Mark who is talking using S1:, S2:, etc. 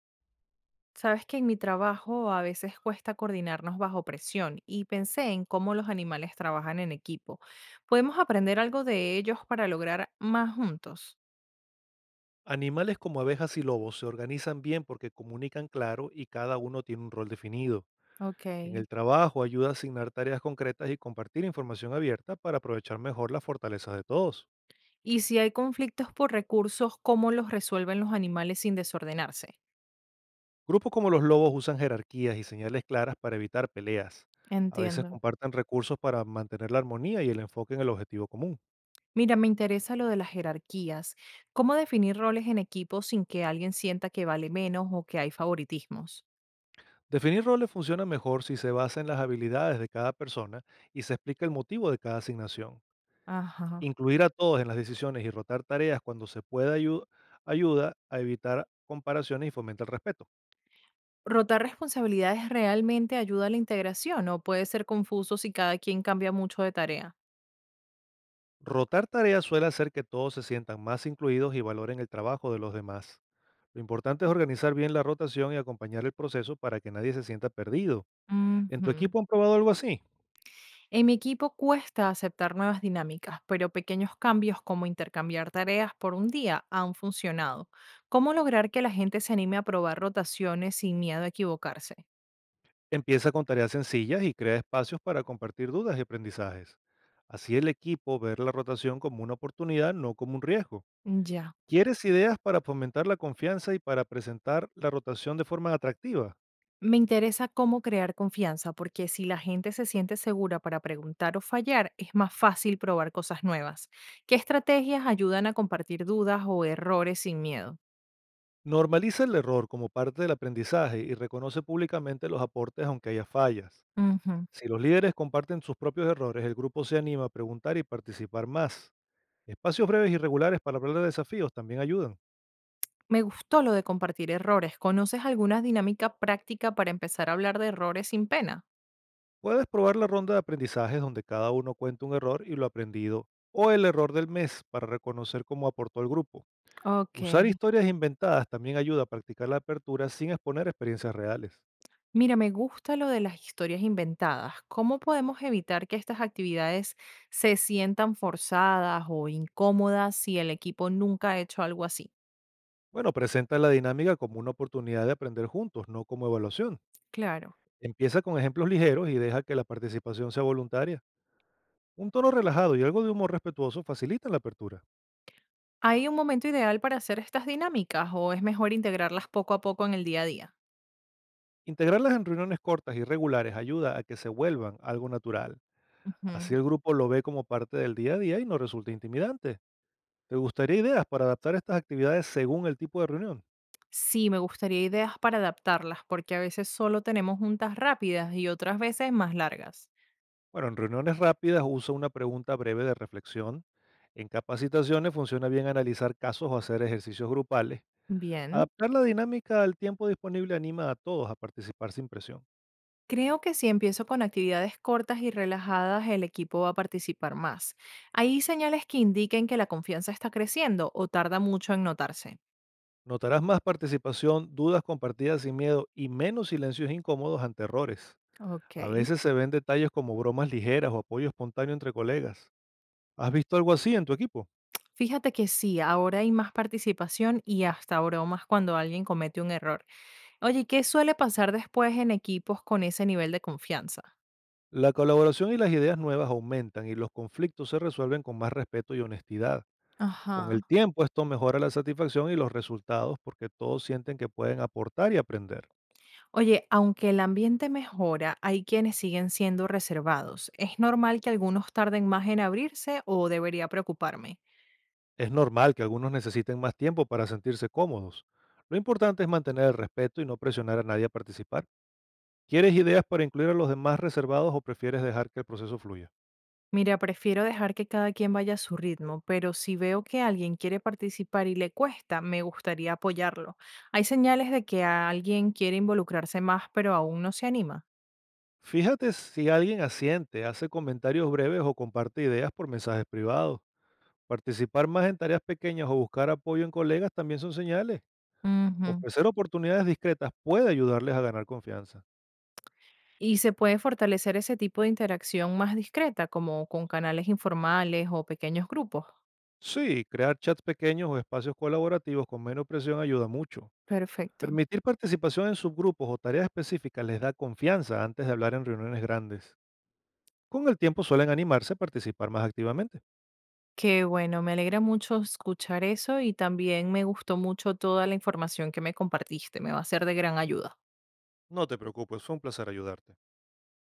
S1: Sabes que en mi trabajo a veces cuesta coordinarnos bajo presión y pensé en cómo los animales trabajan en equipo. ¿Podemos aprender algo de ellos para lograr más juntos?
S2: Animales como abejas y lobos se organizan bien porque comunican claro y cada uno tiene un rol definido. En
S1: Ok.
S2: el trabajo ayuda a asignar tareas concretas y compartir información abierta para aprovechar mejor las fortalezas de todos.
S1: Y si hay conflictos por recursos, ¿cómo los resuelven los animales sin desordenarse?
S2: Grupos como los lobos usan jerarquías y señales claras para evitar peleas. A veces
S1: Entiendo.
S2: comparten recursos para mantener la armonía y el enfoque en el objetivo común.
S1: Mira, me interesa lo de las jerarquías. ¿Cómo definir roles en equipo sin que alguien sienta que vale menos o que hay favoritismos?
S2: Definir roles funciona mejor si se basa en las habilidades de cada persona y se explica el motivo de cada asignación.
S1: Ajá.
S2: Incluir a todos en las decisiones y rotar tareas cuando se pueda ayuda a evitar comparaciones y fomenta el respeto.
S1: ¿Rotar responsabilidades realmente ayuda a la integración o puede ser confuso si cada quien cambia mucho de tarea?
S2: Rotar tareas suele hacer que todos se sientan más incluidos y valoren el trabajo de los demás. Lo importante es organizar bien la rotación y acompañar el proceso para que nadie se sienta perdido. ¿En tu
S1: Ujú.
S2: equipo han probado algo así?
S1: En mi equipo cuesta aceptar nuevas dinámicas, pero pequeños cambios como intercambiar tareas por un día han funcionado. ¿Cómo lograr que la gente se anime a probar rotaciones sin miedo a equivocarse?
S2: Empieza con tareas sencillas y crea espacios para compartir dudas y aprendizajes. Así el equipo ver la rotación como una oportunidad, no como un riesgo.
S1: Ya.
S2: ¿Quieres ideas para fomentar la confianza y para presentar la rotación de forma atractiva?
S1: Me interesa cómo crear confianza, porque si la gente se siente segura para preguntar o fallar, es más fácil probar cosas nuevas. ¿Qué estrategias ayudan a compartir dudas o errores sin miedo?
S2: Normaliza el error como parte del aprendizaje y reconoce públicamente los aportes aunque haya fallas.
S1: Ujú.
S2: Si los líderes comparten sus propios errores, el grupo se anima a preguntar y participar más. Espacios breves y regulares para hablar de desafíos también ayudan.
S1: Me gustó lo de compartir errores. ¿Conoces alguna dinámica práctica para empezar a hablar de errores sin pena?
S2: Puedes probar la ronda de aprendizajes donde cada uno cuenta un error y lo aprendido, o el error del mes para reconocer cómo aportó el grupo.
S1: Ok.
S2: Usar historias inventadas también ayuda a practicar la apertura sin exponer experiencias reales.
S1: Mira, me gusta lo de las historias inventadas. ¿Cómo podemos evitar que estas actividades se sientan forzadas o incómodas si el equipo nunca ha hecho algo así?
S2: Bueno, presenta la dinámica como una oportunidad de aprender juntos, no como evaluación.
S1: Claro.
S2: Empieza con ejemplos ligeros y deja que la participación sea voluntaria. Un tono relajado y algo de humor respetuoso facilitan la apertura.
S1: ¿Hay un momento ideal para hacer estas dinámicas o es mejor integrarlas poco a poco en el día a día?
S2: Integrarlas en reuniones cortas y regulares ayuda a que se vuelvan algo natural. Así
S1: Ujú.
S2: el grupo lo ve como parte del día a día y no resulta intimidante. ¿Te gustaría ideas para adaptar estas actividades según el tipo de reunión?
S1: Sí, me gustaría ideas para adaptarlas, porque a veces solo tenemos juntas rápidas y otras veces más largas.
S2: Bueno, en reuniones rápidas usa una pregunta breve de reflexión. En capacitaciones funciona bien analizar casos o hacer ejercicios grupales.
S1: Bien,
S2: Adaptar la dinámica al tiempo disponible anima a todos a participar sin presión.
S1: creo que si empiezo con actividades cortas y relajadas, el equipo va a participar más. ¿Hay señales que indiquen que la confianza está creciendo o tarda mucho en notarse?
S2: Notarás más participación, dudas compartidas sin miedo y menos silencios incómodos ante errores.
S1: Ok.
S2: A veces se ven detalles como bromas ligeras o apoyo espontáneo entre colegas. ¿Has visto algo así en tu equipo?
S1: Fíjate que sí, ahora hay más participación y hasta bromas cuando alguien comete un error. Oye, ¿y qué suele pasar después en equipos con ese nivel de confianza?
S2: La colaboración y las ideas nuevas aumentan y los conflictos se resuelven con más respeto y honestidad. Con
S1: Ajá.
S2: el tiempo esto mejora la satisfacción y los resultados porque todos sienten que pueden aportar y aprender.
S1: Oye, aunque el ambiente mejora, hay quienes siguen siendo reservados. ¿Es normal que algunos tarden más en abrirse o debería preocuparme?
S2: Es normal que algunos necesiten más tiempo para sentirse cómodos. Lo importante es mantener el respeto y no presionar a nadie a participar. ¿Quieres ideas para incluir a los demás reservados o prefieres dejar que el proceso fluya?
S1: Mira, prefiero dejar que cada quien vaya a su ritmo, pero si veo que alguien quiere participar y le cuesta, me gustaría apoyarlo. Hay señales de que alguien quiere involucrarse más, pero aún no se anima.
S2: Fíjate si alguien asiente, hace comentarios breves o comparte ideas por mensajes privados. Participar más en tareas pequeñas o buscar apoyo en colegas también son señales.
S1: Ujú.
S2: Ofrecer oportunidades discretas puede ayudarles a ganar confianza.
S1: Y se puede fortalecer ese tipo de interacción más discreta, como con canales informales o pequeños grupos.
S2: Sí, crear chats pequeños o espacios colaborativos con menos presión ayuda mucho.
S1: Perfecto.
S2: Permitir participación en subgrupos o tareas específicas les da confianza antes de hablar en reuniones grandes. Con el tiempo suelen animarse a participar más activamente.
S1: Qué bueno, me alegra mucho escuchar eso y también me gustó mucho toda la información que me compartiste. Me va a ser de gran ayuda.
S2: No te preocupes, fue un placer ayudarte.